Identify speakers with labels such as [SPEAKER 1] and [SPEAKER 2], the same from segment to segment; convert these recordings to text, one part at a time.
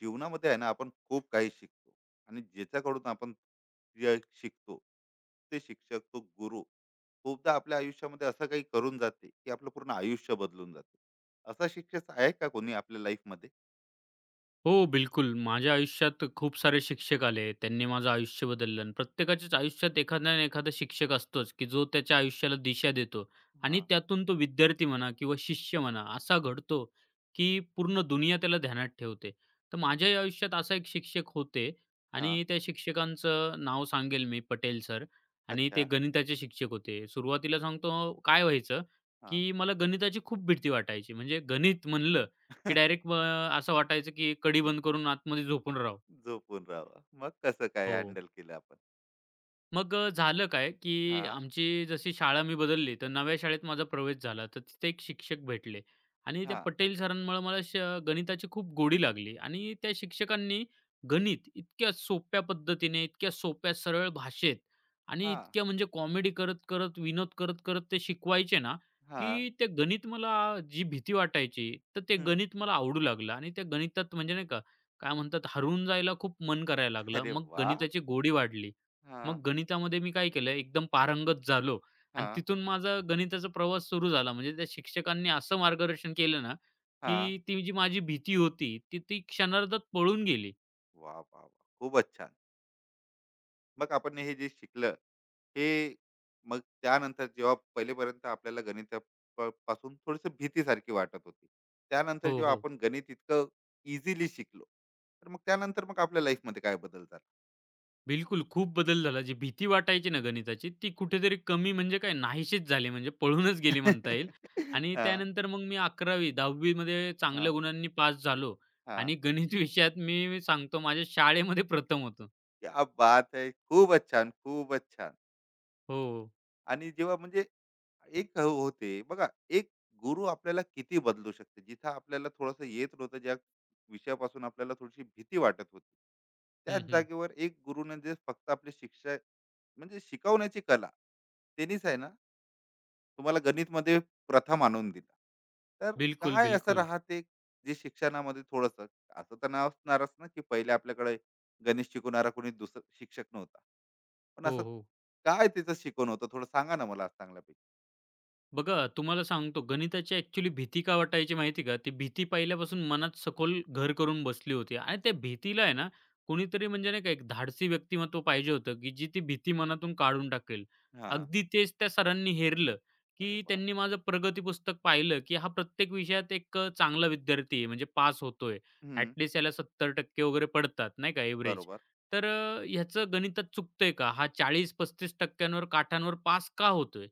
[SPEAKER 1] जीवनामध्ये आहे ना, आपण खूप काही शिकतो. आणि ज्याच्याकडून आपण जे शिकतो ते शिक्षक, तो गुरु. खूपदा आपल्या आयुष्यामध्ये असं काही करून जाते की आपलं पूर्ण आयुष्य बदलून जाते. असा शिक्षक आहे का कोणी आपल्या लाईफ मध्ये?
[SPEAKER 2] हो, बिलकुल. माझ्या आयुष्यात खूप सारे शिक्षक आले. त्यांनी माझं आयुष्य बदललं आणि प्रत्येकाच्याच आयुष्यात एखादा ना एखादा शिक्षक असतोच, की जो त्याच्या आयुष्याला दिशा देतो
[SPEAKER 1] हा.
[SPEAKER 2] आणि त्यातून तो विद्यार्थी म्हणा किंवा शिष्य म्हणा असा घडतो, की पूर्ण दुनिया त्याला ध्यानात ठेवते. तर माझ्याही आयुष्यात असा एक शिक्षक होते
[SPEAKER 1] हा.
[SPEAKER 2] आणि त्या शिक्षकांचं नाव सांगेल मी पटेल सर आणि ते
[SPEAKER 1] अच्छा.
[SPEAKER 2] गणिताचे शिक्षक होते. सुरुवातीला सांगतो काय व्हायचं,
[SPEAKER 1] हा.
[SPEAKER 2] की मला गणिताची खूप भीती वाटायची. म्हणजे गणित म्हणलं की डायरेक्ट असं वाटायचं की कडी बंद करून आतमध्ये झोपून राहावं.
[SPEAKER 1] झोपून राहावा, मग कसं काय
[SPEAKER 2] हो.
[SPEAKER 1] हॅन्डल केलं आपण?
[SPEAKER 2] मग झालं काय, की
[SPEAKER 1] हा.
[SPEAKER 2] आमची जशी शाळा मी बदलली, तर नव्या शाळेत माझा प्रवेश झाला. तर तिथे एक शिक्षक भेटले आणि त्या
[SPEAKER 1] हा.
[SPEAKER 2] पटेल सरांमुळं मला गणिताची खूप गोडी लागली आणि त्या शिक्षकांनी गणित इतक्या सोप्या पद्धतीने, इतक्या सोप्या सरळ भाषेत आणि
[SPEAKER 1] हा.
[SPEAKER 2] इतक्या म्हणजे कॉमेडी करत-करत, विनोद करत-करत ते शिकवायचे ना,
[SPEAKER 1] हा.
[SPEAKER 2] की ते गणित मला जी भीती वाटायची, तर ते
[SPEAKER 1] हम्म.
[SPEAKER 2] गणित मला आवडू लागलं आणि त्या गणितात म्हणजे नाही का, काय म्हणतात हरवून जायला खूप मन करायला लागलं.
[SPEAKER 1] अरे
[SPEAKER 2] मग
[SPEAKER 1] वा.
[SPEAKER 2] गणिताची गोडी वाढली.
[SPEAKER 1] हा.
[SPEAKER 2] मग गणितामध्ये मी काय केलं, एकदम पारंगत झालो आणि
[SPEAKER 1] हा.
[SPEAKER 2] तिथून माझा गणिताचा प्रवास सुरू झाला. म्हणजे त्या शिक्षकांनी असं मार्गदर्शन केलं ना,
[SPEAKER 1] हा.
[SPEAKER 2] की ती जी माझी भीती होती, ती ती क्षणार्धात पळून गेली.
[SPEAKER 1] वा वा वा. खूपच छान. मग आपण हे जे शिकलं, हे, मग त्यानंतर जेव्हा पहिलेपर्यंत आपल्याला गणिता पासून थोडस भीतीसारखी वाटत होती, त्यानंतर
[SPEAKER 2] हो,
[SPEAKER 1] जेव्हा
[SPEAKER 2] हो.
[SPEAKER 1] आपण गणित इतकं इझिली शिकलो, तर मग त्यानंतर मग आपल्या लाईफ मध्ये काय बदल झाला?
[SPEAKER 2] बिलकुल खूप बदल झाला. जी भीती वाटायची ना गणिताची, ती कुठेतरी कमी म्हणजे काय नाहीशीच झाली. म्हणजे पळूनच गेली म्हणता येईल. आणि
[SPEAKER 1] हा.
[SPEAKER 2] त्यानंतर मग मी 11वी 10वी मध्ये
[SPEAKER 1] हा.
[SPEAKER 2] चांगल्या गुणांनी पास झालो
[SPEAKER 1] हा.
[SPEAKER 2] आणि गणित विषयात मी सांगतो माझ्या शाळेमध्ये प्रथम होतो.
[SPEAKER 1] क्या बात आहे. खूपच छान. खूपच छान.
[SPEAKER 2] हो.
[SPEAKER 1] आणि जेव्हा म्हणजे एक होते बघा, एक गुरु आपल्याला किती बदलू शकते. जिथं आपल्याला थोडंसं येत नव्हतं, ज्या विषयापासून आपल्याला थोडीशी भीती वाटत होती, त्याच
[SPEAKER 2] हं, हं.
[SPEAKER 1] जागेवर एक गुरुने जे फक्त आपली शिक्षा, म्हणजे शिकवण्याची कला, त्यांनीच आहे ना तुम्हाला गणित मध्ये प्रथम आणून दिला. तर
[SPEAKER 2] बिलकुल,
[SPEAKER 1] काय असं
[SPEAKER 2] बिलकुल.
[SPEAKER 1] राहते जे शिक्षणामध्ये थोडस असं, तर नाव असणारच ना, की पहिले आपल्याकडे गणित शिकवणारा कोणी दुसरा शिक्षक नव्हता, पण
[SPEAKER 2] हो,
[SPEAKER 1] असं
[SPEAKER 2] हो.
[SPEAKER 1] काय तिचं शिकवण होतं? थोडं सांगा ना मला आज चांगल्यापैकी.
[SPEAKER 2] बघा, तुम्हाला सांगतो गणिताची ॲक्चुअली भीती का वाटायची माहिती का? ती भीती पहिल्यापासून मनात सखोल घर करून बसली होती आणि त्या भीतीला आहे ना, कोणीतरी म्हणजे नाही का एक धाडसी व्यक्तिमत्व पाहिजे होतं, की जी ती भीती मनातून काढून टाकेल.
[SPEAKER 1] हा.
[SPEAKER 2] अगदी तेच त्या सरांनी हेरलं,
[SPEAKER 1] अरे
[SPEAKER 2] की
[SPEAKER 1] वाह!
[SPEAKER 2] त्यांनी माझं प्रगती पुस्तक पाहिलं, की हा प्रत्येक विषयात एक चांगला विद्यार्थी आहे म्हणजे पास होतोय.
[SPEAKER 1] हं,
[SPEAKER 2] ॲटलीस्ट याला 70% वगैरे पडतात नाही का एव्हरेज.
[SPEAKER 1] बरोबर.
[SPEAKER 2] तर ह्याचं गणितात चुकतंय का? हा 40-35% काठांवर पास का होतोय?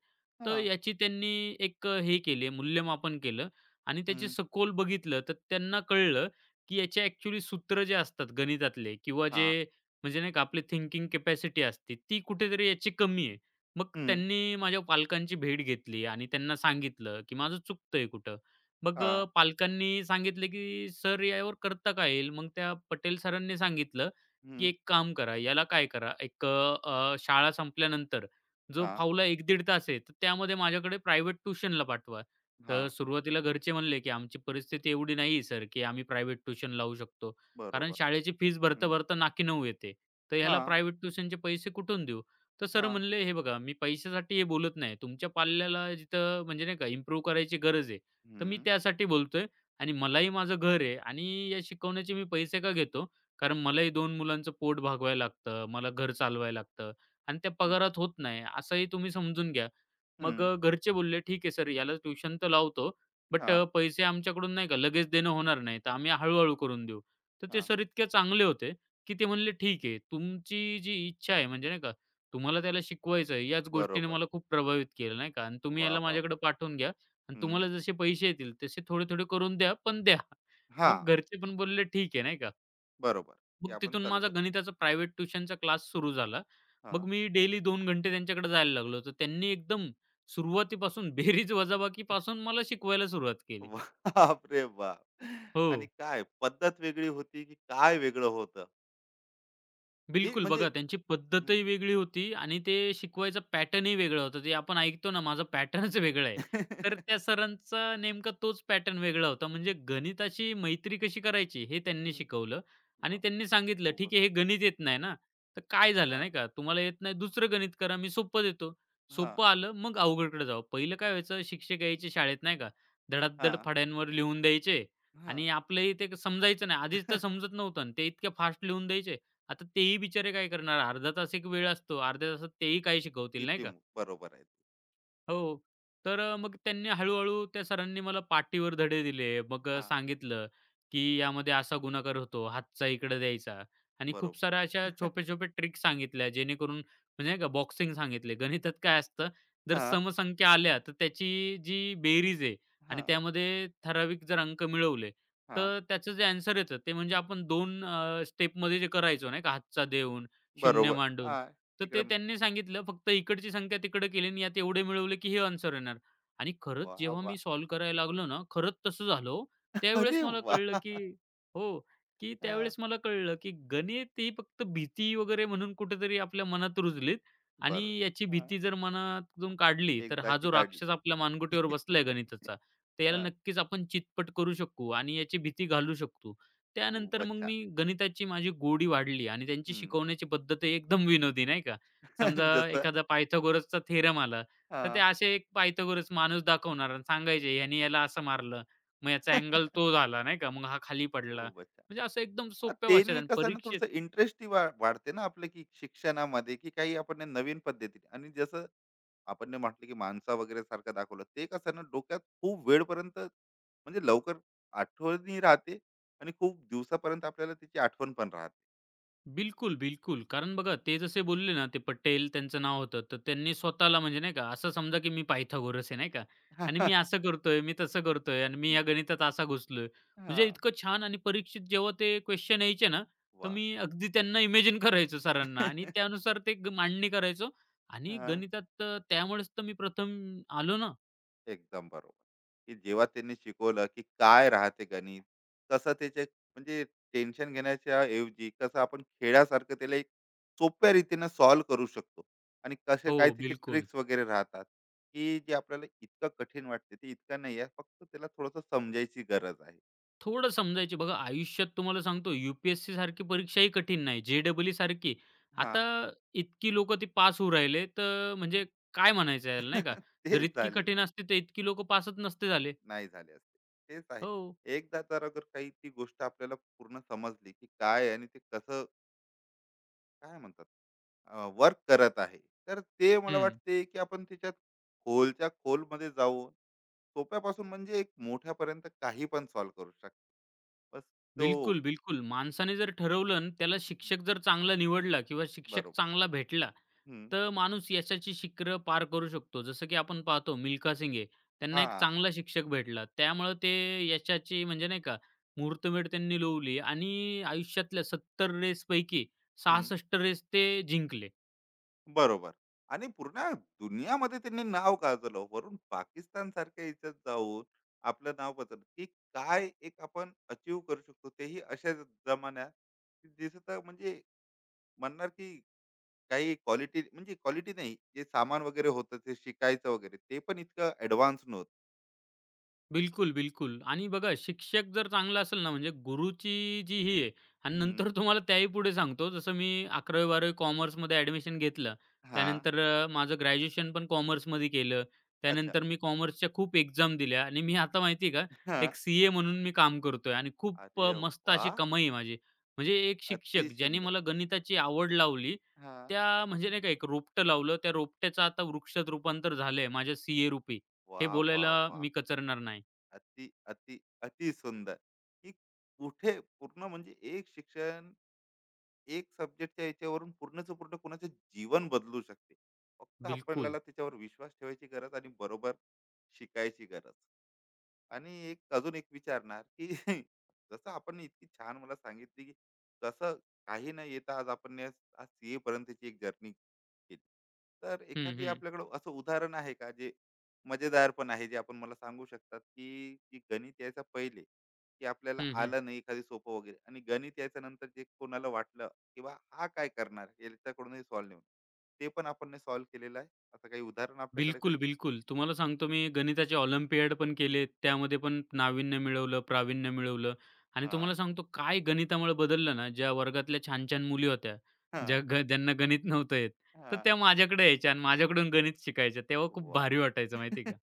[SPEAKER 2] तर
[SPEAKER 1] हां,
[SPEAKER 2] याची त्यांनी एक हे केले मूल्यमापन केलं आणि त्याची
[SPEAKER 1] हं,
[SPEAKER 2] सखोल बघितलं तर त्यांना कळलं, की याचे ॲक्चुअली सूत्र जे असतात गणितातले किंवा
[SPEAKER 1] हां,
[SPEAKER 2] जे म्हणजे नाही का आपली थिंकिंग कॅपॅसिटी असते ती कुठेतरी याची कमी आहे. मग
[SPEAKER 1] हं,
[SPEAKER 2] त्यांनी माझ्या पालकांची भेट घेतली आणि त्यांना सांगितलं, की माझं चुकतंय कुठं. मग
[SPEAKER 1] हां,
[SPEAKER 2] पालकांनी सांगितलं, की "सर यावर करता काय येईल?" मग त्या पटेल सरांनी सांगितलं, की
[SPEAKER 1] हं,
[SPEAKER 2] "एक काम करा, याला काय करा एक अ, अ, शाळा संपल्यानंतर जो
[SPEAKER 1] हां,
[SPEAKER 2] फावला 1-1.5 तास आहे, तर त्यामध्ये माझ्याकडे प्रायव्हेट ट्यूशनला पाठवा. तर
[SPEAKER 1] हां,
[SPEAKER 2] सुरुवातीला घरचे म्हणले, की "आमची परिस्थिती एवढी नाही आहे सर, की आम्ही प्रायव्हेट ट्यूशन लावू शकतो. कारण
[SPEAKER 1] बरोबर.
[SPEAKER 2] शाळेची फीज
[SPEAKER 1] हं,
[SPEAKER 2] भरता-भरता नाकी 9 येते. तर ह्याला
[SPEAKER 1] हां,
[SPEAKER 2] प्रायव्हेट ट्यूशनचे पैसे कुठून देऊ?" तर सर
[SPEAKER 1] हां,
[SPEAKER 2] म्हणले, "हे बघा, मी पैशासाठी हे बोलत नाही. तुमच्या पाल्याला जिथं म्हणजे नाही का इम्प्रूव्ह करायची गरज आहे, तर
[SPEAKER 1] हं,
[SPEAKER 2] मी त्यासाठी बोलतोय आणि मलाही माझं घर आहे आणि या शिकवण्याचे मी पैसे का घेतो? कारण मलाही 2 मुलांचं पोट भागवायला लागतं, मला घर चालवायला लागतं. आणि त्या पगारात
[SPEAKER 1] नक्की.
[SPEAKER 2] होत नाही असंही तुम्ही समजून घ्या.
[SPEAKER 1] हं,
[SPEAKER 2] मग घरचे बोलले, "ठीक आहे सर याला ट्युशन तर लावतो, बट
[SPEAKER 1] हां,
[SPEAKER 2] पैसे आमच्याकडून नाही का लगेच देणं होणार नाही, तर आम्ही हळू-हळू करून देऊ." तर ते
[SPEAKER 1] हां,
[SPEAKER 2] सर इतके चांगले होते, की ते म्हणले, "ठीक आहे, तुमची जी इच्छा आहे म्हणजे नाही का तुम्हाला त्याला शिकवायचं आहे, याच गोष्टीने
[SPEAKER 1] बरोबर.
[SPEAKER 2] मला खूप प्रभावित केलं नाही का आणि तुम्ही
[SPEAKER 1] वाह,
[SPEAKER 2] याला
[SPEAKER 1] वाह,
[SPEAKER 2] माझ्याकडे
[SPEAKER 1] वाह!
[SPEAKER 2] पाठवून घ्या आणि
[SPEAKER 1] हं,
[SPEAKER 2] तुम्हाला जसे पैसे येतील तसे थोडे-थोडे करून द्या, पण द्या."
[SPEAKER 1] हां,
[SPEAKER 2] मग घरचे पण बोलले, "ठीक आहे." नाही का.
[SPEAKER 1] बरोबर. हे
[SPEAKER 2] मग
[SPEAKER 1] आपण
[SPEAKER 2] तिथून
[SPEAKER 1] चालू
[SPEAKER 2] माझा
[SPEAKER 1] करू.
[SPEAKER 2] गणिताचा प्रायव्हेट ट्युशनचा क्लास सुरू झाला. मग
[SPEAKER 1] हां.
[SPEAKER 2] मी डेली 2 घंटे त्यांच्याकडे जायला लागलो. तर त्यांनी एकदम सुरुवातीपासून बेरीज वजाबाकीपासून मला शिकवायला सुरुवात केली.
[SPEAKER 1] वाह! बाप रे बाप!
[SPEAKER 2] हो.
[SPEAKER 1] आणि काय पद्धत वेगळी होती, की काय वेगळं होतं? हे
[SPEAKER 2] बिलकुल.
[SPEAKER 1] म्हणजे
[SPEAKER 2] बघा त्यांची
[SPEAKER 1] हं.
[SPEAKER 2] पद्धतही वेगळी होती आणि ते शिकवायचं पॅटर्नही वेगळं होतं. ते आपण ऐकतो ना, माझा पॅटर्नच वेगळा आहे.
[SPEAKER 1] हं, वाह!
[SPEAKER 2] तर त्या सरांचा नेमका तोच पॅटर्न वेगळा होता. म्हणजे गणिताची मैत्री कशी करायची हे त्यांनी शिकवलं आणि त्यांनी सांगितलं,
[SPEAKER 1] खूपच
[SPEAKER 2] "ठीक आहे, हे
[SPEAKER 1] सुंदर.
[SPEAKER 2] गणित येत नाही ना, तर काय झालं
[SPEAKER 1] हां,
[SPEAKER 2] नाही का, तुम्हाला येत नाही दुसरं गणित करा, मी सोपं देतो."
[SPEAKER 1] हां,
[SPEAKER 2] सोपं आलं मग अवघडकडे जावं. पहिलं काय व्हायचं शिक्षक यायचे शाळेत नाही का, धडाधड
[SPEAKER 1] हां,
[SPEAKER 2] फळ्यांवर लिहून द्यायचे आणि
[SPEAKER 1] हां.
[SPEAKER 2] आपलंही ते समजायचं नाही. आधीच तर समजत नव्हतं आणि ते इतक्या फास्ट लिहून द्यायचे आता तेही बिचारे काय करणार? अर्धा तास एक वेळ असतो. अर्ध्या तासात तेही काही शिकवतील नाही का?
[SPEAKER 1] बरोबर आहे.
[SPEAKER 2] हो. तर मग त्यांनी हळू-हळू त्या सरांनी मला पाटीवर धडे दिले. मग
[SPEAKER 1] हा.
[SPEAKER 2] सांगितलं, की यामध्ये असा गुणाकार होतो, हातचा इकडे द्यायचा आणि खूप
[SPEAKER 1] बरोबर.
[SPEAKER 2] साऱ्या अशा छोप्या-छोप्या ट्रिक्स सांगितल्या जेणेकरून म्हणजे नाही का बॉक्सिंग सांगितले. गणितात काय असतं, जर
[SPEAKER 1] हा.
[SPEAKER 2] समसंख्या आल्या तर त्याची जी बेरीज आहे
[SPEAKER 1] हा.
[SPEAKER 2] आणि त्यामध्ये ठराविक जर अंक मिळवले,
[SPEAKER 1] हा.
[SPEAKER 2] तर त्याचं जे ॲन्सर येतं ते म्हणजे आपण 2 स्टेपमध्ये जे करायचो नाही का हातचा देऊन, शून्य
[SPEAKER 1] बरोबर.
[SPEAKER 2] मांडून.
[SPEAKER 1] हा.
[SPEAKER 2] तर
[SPEAKER 1] तिकडे
[SPEAKER 2] ते
[SPEAKER 1] म-
[SPEAKER 2] त्यांनी सांगितलं फक्त इकडची संख्या तिकडे केली आणि यात एवढे मिळवले की हे आन्सर येणार. आणि खरंच
[SPEAKER 1] वा.
[SPEAKER 2] जेव्हा मी
[SPEAKER 1] वा.
[SPEAKER 2] सॉल्व्ह करायला लागलो ना, खरंच तसं झालं हो. त्यावेळेस
[SPEAKER 1] अरे
[SPEAKER 2] मला
[SPEAKER 1] वा.
[SPEAKER 2] कळलं की हो, की
[SPEAKER 1] हा,
[SPEAKER 2] त्यावेळेस मला कळलं की गणित ही फक्त भीती वगैरे म्हणून कुठेतरी आपल्या मनात रुजलीत आणि
[SPEAKER 1] बरोबर.
[SPEAKER 2] याची
[SPEAKER 1] हा.
[SPEAKER 2] भीती जर मनातून काढली, तर हा
[SPEAKER 1] एकदाची
[SPEAKER 2] जो राक्षस
[SPEAKER 1] काढली.
[SPEAKER 2] आपल्या मानगुटीवर बसलाय गणिताचा, तर याला
[SPEAKER 1] हा.
[SPEAKER 2] नक्कीच आपण चितपट करू शकू आणि याची भीती घालू शकतो. त्यानंतर
[SPEAKER 1] खूपच
[SPEAKER 2] मग
[SPEAKER 1] छान.
[SPEAKER 2] मी गणिताची माझी गोडी वाढली आणि त्यांची
[SPEAKER 1] हम्म.
[SPEAKER 2] शिकवण्याची पद्धतही एकदम विनोदी, नाही का. समजा
[SPEAKER 1] जसं
[SPEAKER 2] एखादा पायथागोरसचा थेरम आला,
[SPEAKER 1] हा
[SPEAKER 2] तर ते असे एक पायथागोरस माणूस दाखवणार आणि सांगायचे, "ह्याने याला असं मारलं, मग याचा अँगल तो झाला," नाही का. "मग हा खाली पडला."
[SPEAKER 1] खूपच छान.
[SPEAKER 2] म्हणजे असं एकदम
[SPEAKER 1] अ,
[SPEAKER 2] सोप्या भाषेत
[SPEAKER 1] त्याने
[SPEAKER 2] आणि
[SPEAKER 1] कसं आहे ना,
[SPEAKER 2] परीक्षे
[SPEAKER 1] थोडंसं इंटरेस्ट वाढते ना आपलं, की शिक्षणामध्ये, की काही आपण हे नवीन पद्धतीने, आणि जसं आपण म्हटलं, की माणसा वगैरे सारखं दाखवलं, ते कसं आहे ना, डोक्यात खूप वेळपर्यंत म्हणजे लवकर आठवणही राहते, आणि खूप दिवसापर्यंत आपल्याला त्याची आठवण पण राहते.
[SPEAKER 2] बिलकुल, बिलकुल. कारण बघा ते जसे बोलले ना, ते पटेल त्यांचं नाव होतं. तर त्यांनी स्वतःला म्हणजे नाही का, असं समजा की मी पायथागोरस आहे नाही का आणि मी असं करतोय, मी तसं करतोय आणि मी या गणितात असा घुसलोय. म्हणजे
[SPEAKER 1] हां.
[SPEAKER 2] इतकं छान आणि परीक्षेत जेव्हा ते क्वेशन यायचे ना, तर
[SPEAKER 1] वाह!
[SPEAKER 2] मी अगदी त्यांना इमॅजिन करायचो
[SPEAKER 1] हां.
[SPEAKER 2] सरांना आणि त्यानुसार ते मांडणी करायचो आणि गणितात तर त्यामुळेच तर मी प्रथम आलो ना.
[SPEAKER 1] एकदम बरोबर. की जेव्हा त्यांनी शिकवलं, की काय राहते गणित, कसं त्याचे म्हणजे टेन्शन घेण्याच्या ऐवजी कसं आपण खेळासारखं त्याला एक सोप्या रीतीनं सॉल्व्ह करू शकतो, आणि कसे
[SPEAKER 2] हो,
[SPEAKER 1] काय तिचे
[SPEAKER 2] बिलकुल.
[SPEAKER 1] ट्रिक्स वगैरे राहतात, की जे आपल्याला इतकं कठीण वाटते, ते इतकं नाही आहे. फक्त त्याला थोडंसं समजायची गरज आहे.
[SPEAKER 2] थोडं समजायचे. बघा आयुष्यात तुम्हाला सांगतो UPSC सारखी परीक्षाही कठीण नाही. जे सारखी. आता
[SPEAKER 1] हां.
[SPEAKER 2] इतकी लोकं ती पास होऊ राहिले, तर म्हणजे काय म्हणायचं याला नाही का? जर
[SPEAKER 1] तेच
[SPEAKER 2] इतकी
[SPEAKER 1] झाले.
[SPEAKER 2] कठीण असती, तर इतकी लोकं पासच नसते झाले.
[SPEAKER 1] नाही झाले असते. तेच आहे.
[SPEAKER 2] हो.
[SPEAKER 1] एकदा जर अगर काही ती गोष्ट आपल्याला पूर्ण समजली, की काय आहे आणि ते कसं, काय म्हणतात, वर्क करत आहे, तर ते मला
[SPEAKER 2] हं.
[SPEAKER 1] वाटते की आपण त्याच्यात खोलच्या खोलमध्ये जाऊन सोप्यापासून म्हणजे एक मोठ्यापर्यंत काही पण सॉल्व करू शकतो. बस, तो,
[SPEAKER 2] बिलकुल, बिलकुल. माणसाने जर ठरवलं अन् त्याला शिक्षक जर चांगला निवडला किंवा शिक्षक
[SPEAKER 1] बरोबर.
[SPEAKER 2] चांगला भेटला,
[SPEAKER 1] हम्म,
[SPEAKER 2] तर माणूस यशाची शिखरं पार करू शकतो. जसं की आपण पाहतो मिल्खा सिंग आहे. त्यांना
[SPEAKER 1] हा.
[SPEAKER 2] एक चांगला शिक्षक भेटला. त्यामुळं ते यशाची म्हणजे नाही का मुहूर्तमेढ त्यांनी रोवली आणि आयुष्यातल्या 70 रेसपैकी
[SPEAKER 1] हम्म,
[SPEAKER 2] 66 रेस ते जिंकले.
[SPEAKER 1] बरोबर. आणि पूर्ण दुनियामध्ये त्यांनी नाव गाजवलं, वरून पाकिस्तान सारख्या याच्यात जाऊन आपलं नाव बदल, की काय एक आपण अचीव करू शकतो, तेही अशा जमान्यात की जिथं तर म्हणजे म्हणणार की काही क्वालिटी म्हणजे क्वालिटी नाही, जे सामान वगैरे होतं ते शिकायचं वगैरे, ते पण इतकं ऍडव्हान्स नव्हतं.
[SPEAKER 2] बिलकुल, बिलकुल. आणि बघा शिक्षक जर चांगला असेल ना, म्हणजे गुरुची जी ही आहे आणि
[SPEAKER 1] हम्म.
[SPEAKER 2] नंतर तुम्हाला त्याही पुढे सांगतो, जसं मी 11वी-12वी कॉमर्समध्ये ॲडमिशन घेतलं.
[SPEAKER 1] हा.
[SPEAKER 2] त्यानंतर माझं ग्रॅज्युएशन पण कॉमर्समध्ये केलं.
[SPEAKER 1] अच्छा.
[SPEAKER 2] त्यानंतर मी कॉमर्सच्या खूप एक्झाम दिल्या आणि मी आता माहिती आहे का,
[SPEAKER 1] हा.
[SPEAKER 2] एक CA म्हणून मी काम करतोय आणि खूप
[SPEAKER 1] अरे
[SPEAKER 2] मस्त
[SPEAKER 1] वा.
[SPEAKER 2] अशी कमाई आहे माझी. म्हणजे एक
[SPEAKER 1] अति
[SPEAKER 2] शिक्षक ज्याने
[SPEAKER 1] सुंदर.
[SPEAKER 2] मला गणिताची आवड लावली,
[SPEAKER 1] हा.
[SPEAKER 2] त्या म्हणजे नाही का एक रोपटं लावलं, त्या रोपट्याचं आता वृक्षात रूपांतर झालंय माझ्या CA रूपी.
[SPEAKER 1] वा.
[SPEAKER 2] हे
[SPEAKER 1] वा.
[SPEAKER 2] बोलायला
[SPEAKER 1] वा.
[SPEAKER 2] मी कचरणार नाही.
[SPEAKER 1] अति अति अति सुंदर. ही कुठे पूर्ण म्हणजे एक शिक्षण, एक सब्जेक्टच्या याच्यावरून पूर्णच पूर्ण कोणाचं जीवन बदलू शकते. फक्त
[SPEAKER 2] बिलकुल.
[SPEAKER 1] आपल्याला त्याच्यावर विश्वास ठेवायची गरज आणि बरोबर शिकायची गरज. आणि एक अजून एक विचारणार की जसं आपण इतकी छान मला सांगितली, की कसं काही न येता आज आपण आज सीए पर्यंतची एक जर्नी केली, तर
[SPEAKER 2] हं,
[SPEAKER 1] एखादी
[SPEAKER 2] हं.
[SPEAKER 1] आपल्याकडे असं उदाहरण आहे का, जे मजेदार पण आहे, जे आपण मला सांगू शकतात की, की गणित यायचा पहिले, की आपल्याला
[SPEAKER 2] हं, हं.
[SPEAKER 1] आलं नाही एखादी सोपं वगैरे, आणि गणित यायच्या नंतर जे कोणाला वाटलं, किंवा हा काय करणार, याच्याकडूनही सॉल्व्ह नाही होणार, ते पण आपण नाही सॉल्व्ह केलेलं आहे, असं काही उदाहरण आपल्याकडे
[SPEAKER 2] बिलकुल,
[SPEAKER 1] कधी?
[SPEAKER 2] बिलकुल. तुम्हाला सांगतो मी गणिताचे ऑलिम्पियाड पण केलेत. त्यामध्ये पण नाविन्य मिळवलं, प्रावीण्य मिळवलं आणि
[SPEAKER 1] हा.
[SPEAKER 2] तुम्हाला सांगतो काय गणितामुळे बदललं ना, ज्या वर्गातल्या छान-छान मुली होत्या,
[SPEAKER 1] हा.
[SPEAKER 2] ज्यांना गणित नव्हतं येत, तर
[SPEAKER 1] हा.
[SPEAKER 2] त्या माझ्याकडे यायच्या आणि माझ्याकडून गणित शिकायच्या. तेव्हा खूप
[SPEAKER 1] वा.
[SPEAKER 2] भारी वाटायचं माहिती का?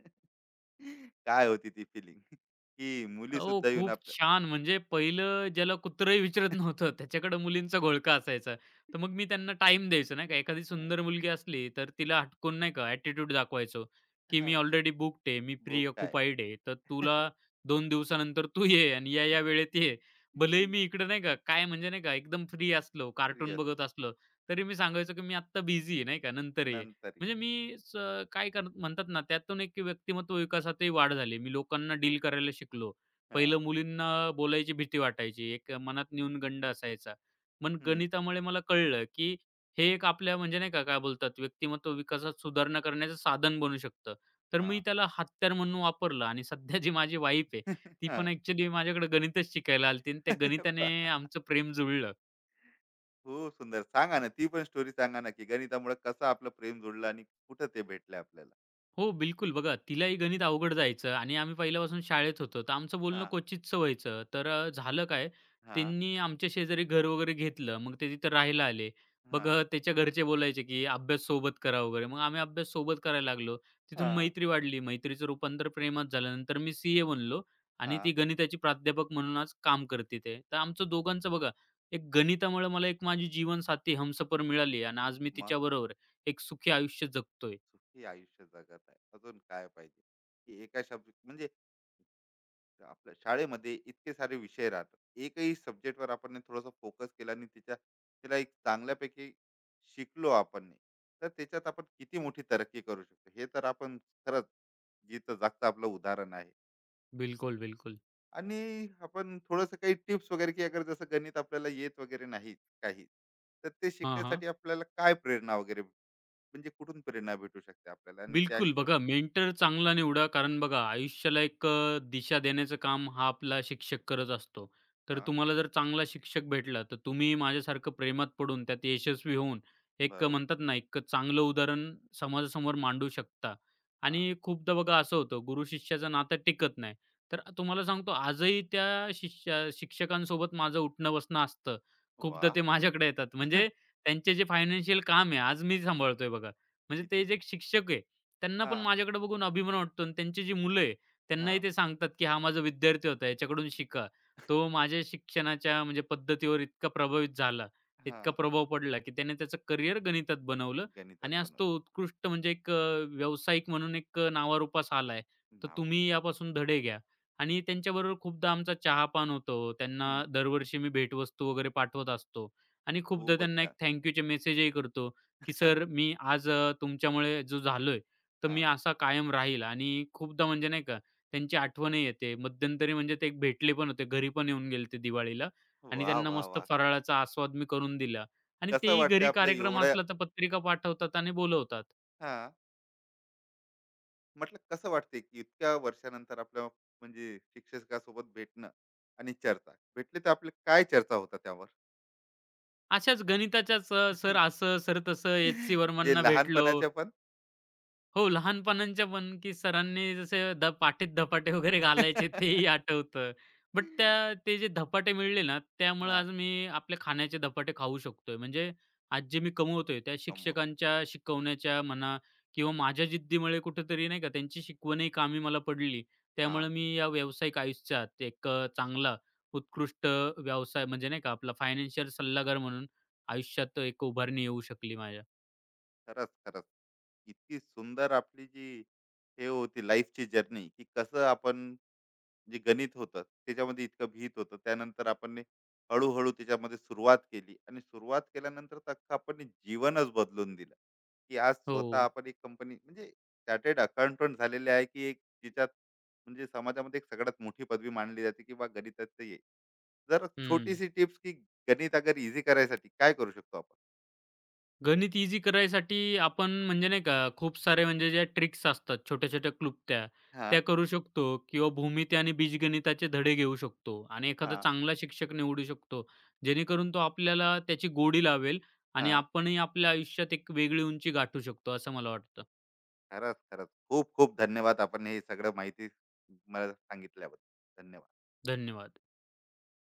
[SPEAKER 1] काय होती ती फिलिंग, की मुली
[SPEAKER 2] हो,
[SPEAKER 1] सुद्धा येऊन
[SPEAKER 2] खूप
[SPEAKER 1] आपल्या?
[SPEAKER 2] छान. म्हणजे पहिलं ज्याला कुत्रंही विचारत नव्हतं, त्याच्याकडे मुलींचा
[SPEAKER 1] नाही.
[SPEAKER 2] घोळका असायचा. तर मग मी त्यांना टाइम द्यायचो नाही का. एखादी
[SPEAKER 1] हा.
[SPEAKER 2] सुंदर मुलगी असली, तर तिला हटकून नाही का ॲटिट्यूड दाखवायचो, की
[SPEAKER 1] हा.
[SPEAKER 2] "मी ऑलरेडी बुक्ड आहे, मी
[SPEAKER 1] बोट आहे.
[SPEAKER 2] प्रीऑक्युपाईड आहे. तर तुला 2 दिवसानंतर तू ये आणि या-या वेळेत ये." भलेही मी इकडे नाही का काय म्हणजे नाही का एकदम फ्री असलो,
[SPEAKER 1] फ्री
[SPEAKER 2] कार्टून
[SPEAKER 1] असलं.
[SPEAKER 2] बघत असलो, तरी मी सांगायचो, की "मी आत्ता बिझी आहे, नाही का नंतर ये."
[SPEAKER 1] नंतर ये.
[SPEAKER 2] म्हणजे मी स काय कर म्हणतात ना, त्यातून एक व्यक्तिमत्व विकासातही वाढ झाली. मी लोकांना डील करायला शिकलो.
[SPEAKER 1] हा.
[SPEAKER 2] पहिलं मुलींना बोलायची भीती वाटायची. एक मनात न्यूनगंड असायचा. पण
[SPEAKER 1] हम्म,
[SPEAKER 2] गणितामुळे मला कळलं, की हे एक आपल्या म्हणजे नाही का, काय बोलतात व्यक्तिमत्व विकासात सुधारणा करण्याचं साधन बनू शकतं. तर मी
[SPEAKER 1] हा.
[SPEAKER 2] त्याला हत्यार म्हणून वापरलं आणि सध्या जी माझी वाईफ आहे, ती
[SPEAKER 1] हा.
[SPEAKER 2] पण ॲक्चुअली माझ्याकडे गणितच शिकायला आली आणि त्या
[SPEAKER 1] अरे
[SPEAKER 2] गणिताने
[SPEAKER 1] वा.
[SPEAKER 2] आमचं प्रेम जुळलं.
[SPEAKER 1] खूप सुंदर. सांगा ना ती पण स्टोरी. सांगा ना की गणितामुळे कसं आपलं प्रेम जोडलं आणि कुठं ते भेटलं आपल्याला.
[SPEAKER 2] हो, बिलकुल. बघा तिलाही गणित अवघड जायचं आणि आम्ही पहिल्यापासून शाळेत होतो. तर आमचं
[SPEAKER 1] हा.
[SPEAKER 2] बोलणं क्वचितच व्हायचं. तर झालं काय,
[SPEAKER 1] हा.
[SPEAKER 2] त्यांनी आमच्या शेजारी घर वगैरे घेतलं. मग ते तिथं राहायला आले.
[SPEAKER 1] हा.
[SPEAKER 2] मग त्याच्या घरचे बोलायचे, की "अभ्यास सोबत करा" वगैरे. मग आम्ही अभ्यास सोबत करायला लागलो. तिथून
[SPEAKER 1] हां,
[SPEAKER 2] मैत्री वाढली. मैत्रीचं रूपांतर प्रेमात झालं. नंतर मी CA बनलो आणि ती
[SPEAKER 1] हां.
[SPEAKER 2] गणिताची प्राध्यापक म्हणून आज काम करते ते. तर आमचं दोघांचं बघा, एक गणितामुळे मला एक माझी जीवनसाथी, हमसफर मिळाली आणि आज मी
[SPEAKER 1] मग
[SPEAKER 2] तिच्याबरोबर एक सुखी आयुष्य जगतोय.
[SPEAKER 1] सुखी आयुष्य जगत आहे. अजून काय पाहिजे? की एका सब्जेक्ट म्हणजे आपल्या शाळेमध्ये इतके सारे विषय राहतात. एकही सब्जेक्टवर आपण थोडासा फोकस केला आणि तिच्या तिला एक चांगल्यापैकी शिकलो आपण, तर त्याच्यात आपण किती मोठी तरक्की करू शकतो. हे तर आपण खरंच जिथं-जागचं आपलं उदाहरण आहे.
[SPEAKER 2] बिलकुल, बिलकुल.
[SPEAKER 1] आणि आपण थोडंसं काही टिप्स वगैरे, की अगर जसं गणित आपल्याला येत वगैरे नाही काही, तर ते
[SPEAKER 2] हां, हां.
[SPEAKER 1] शिकण्यासाठी आपल्याला काय प्रेरणा वगैरे, म्हणजे कुठून प्रेरणा भेटू शकते आपल्याला आणि त्या
[SPEAKER 2] बिलकुल.
[SPEAKER 1] हिशोब?
[SPEAKER 2] बघा मेंटर चांगला निवडा, कारण बघा आयुष्याला एक दिशा देण्याचं काम हा आपला शिक्षक करत असतो. तर
[SPEAKER 1] हा.
[SPEAKER 2] तुम्हाला जर चांगला शिक्षक भेटला, तर तुम्ही माझ्यासारखं प्रेमात पडून त्यात यशस्वी होऊन एक
[SPEAKER 1] बरोबर.
[SPEAKER 2] म्हणतात ना, एक चांगलं उदाहरण समाजासमोर मांडू शकता.
[SPEAKER 1] हा.
[SPEAKER 2] आणि खूपदा बघा असं होतं गुरु-शिष्याचं नातं टिकत नाही. तर तुम्हाला सांगतो आजही त्या शिष्या शिक्षकांसोबत माझं उठणं-बसणं असतं.
[SPEAKER 1] वा.
[SPEAKER 2] खूपदा ते माझ्याकडे येतात. म्हणजे त्यांचे जे फायनान्शियल काम आहे, आज मी सांभाळतोय बघा. म्हणजे ते
[SPEAKER 1] किती.
[SPEAKER 2] जे एक शिक्षक आहे त्यांना
[SPEAKER 1] हा.
[SPEAKER 2] पण माझ्याकडे बघून अभिमान वाटतो आणि त्यांची जी मुलं आहे,
[SPEAKER 1] हा.
[SPEAKER 2] त्यांनाही ते सांगतात, की "हा माझा विद्यार्थी होता, याच्याकडून शिका." तो माझ्या शिक्षणाच्या म्हणजे पद्धतीवर इतका प्रभावित झाला,
[SPEAKER 1] हा.
[SPEAKER 2] इतका प्रभाव पडला, की त्याने त्याचं करियर गणितात बनवलं
[SPEAKER 1] गणितात
[SPEAKER 2] आणि आज
[SPEAKER 1] बनवलं.
[SPEAKER 2] तो उत्कृष्ट म्हणजे एक व्यावसायिक म्हणून एक नावारूपास आला आहे. तर
[SPEAKER 1] नावर.
[SPEAKER 2] तुम्ही यापासून धडे घ्या. आणि त्यांच्याबरोबर खूपदा आमचा चहापान होतो. त्यांना
[SPEAKER 1] हम्म.
[SPEAKER 2] दरवर्षी मी भेटवस्तू वगैरे पाठवत असतो आणि खूपदा
[SPEAKER 1] खूपच
[SPEAKER 2] त्यांना एक
[SPEAKER 1] छान.
[SPEAKER 2] थँक मेसेजही करतो, की "सर, मी आज तुमच्यामुळे जो झालोय" तर
[SPEAKER 1] हा.
[SPEAKER 2] मी असा कायम राहील आणि खूपदा म्हणजे नाही का त्यांची आठवणही येते. मध्यंतरी म्हणजे ते एक भेटले पण होते. घरी पण येऊन गेले ते दिवाळीला आणि
[SPEAKER 1] वा.
[SPEAKER 2] त्यांना
[SPEAKER 1] वा.
[SPEAKER 2] मस्त
[SPEAKER 1] वा.
[SPEAKER 2] फराळाचा आस्वाद मी करून दिला आणि
[SPEAKER 1] कसं
[SPEAKER 2] तेही
[SPEAKER 1] वाटतंय
[SPEAKER 2] घरी
[SPEAKER 1] आपल्या
[SPEAKER 2] कार्यक्रम
[SPEAKER 1] एवढ्या
[SPEAKER 2] असला तर पत्रिका पाठवतात आणि बोलवतात.
[SPEAKER 1] हा, म्हटलं कसं वाटतंय की इतक्या वर्षानंतर आपल्या म्हणजे शिक्षकासोबत भेटणं आणि चर्चा भेटली, तर आपली काय चर्चा होता त्यावर?
[SPEAKER 2] अशाच गणिताच्याच सर असं, सर तसं, HC
[SPEAKER 1] जे
[SPEAKER 2] वर्मनना भेटलो.
[SPEAKER 1] लहानपणाच्या पण.
[SPEAKER 2] हो, लहानपणांच्या पण, की सरांनी जसे द पाटीत धपाटे वगैरे घालायचे तेही आठवतं. बट त्या ते जे धपाटे मिळले ना, त्यामुळे
[SPEAKER 1] हा.
[SPEAKER 2] आज मी आपले खाण्याचे धपाटे खाऊ शकतोय. म्हणजे आज जे मी कमवतोय, त्या
[SPEAKER 1] कम होता.
[SPEAKER 2] शिक्षकांच्या शिकवण्याच्या म्हणा किंवा माझ्या जिद्दीमुळे कुठेतरी नाही का त्यांची शिकवणही कामी मला पडली.
[SPEAKER 1] हा.
[SPEAKER 2] त्यामुळे मी या व्यावसायिक आयुष्यात एक चांगला उत्कृष्ट व्यवसाय म्हणजे नाही का आपला फायनान्शियल सल्लागार म्हणून आयुष्यात एक उभारणी येऊ शकली माझ्या.
[SPEAKER 1] खरंच, खरंच. इतकी सुंदर आपली जी हे होती लाईफची जर्नी, की कसं आपण जे गणित होतं, त्याच्यामध्ये इतकं भीत होतं. त्यानंतर आपण ने हळू-हळू त्याच्यामध्ये सुरुवात केली आणि सुरुवात केल्यानंतर तर अख्खं आपण ने जीवनच बदलून दिलं, की आज
[SPEAKER 2] हो.
[SPEAKER 1] स्वतः आपण एक कंपनी म्हणजे चार्टर्ड अकाउंटंट झालेले आहे, की एक जिच्यात म्हणजे समाजामध्ये एक सगळ्यात मोठी पदवी मानली जाते, की बा गणितात ये. जर
[SPEAKER 2] हं.
[SPEAKER 1] छोटीशी टिप्स, की गणित अगर ईझी करायसाठी काय करू शकतो आपण?
[SPEAKER 2] गणित ईझी करायसाठी आपण म्हणजे नाही का, खूप सारे म्हणजे ज्या ट्रिक्स असतात, छोट्या-छोट्या क्लुप्त्या,
[SPEAKER 1] हां,
[SPEAKER 2] त्या करू शकतो किंवा भूमिती आणि बीजगणिताचे धडे घेऊ शकतो आणि एखादा
[SPEAKER 1] हां,
[SPEAKER 2] चांगला शिक्षक निवडू शकतो. जेणेकरून तो आपल्याला त्याची गोडी लावेल आणि
[SPEAKER 1] हां.
[SPEAKER 2] आपणही आपल्या आयुष्यात एक वेगळी उंची गाठू शकतो, असं मला वाटतं.
[SPEAKER 1] खरंच, खरंच. खूप खूप धन्यवाद. आपण हे सगळं माहिती मला सांगितल्याबद्दल. धन्यवाद.
[SPEAKER 2] धन्यवाद.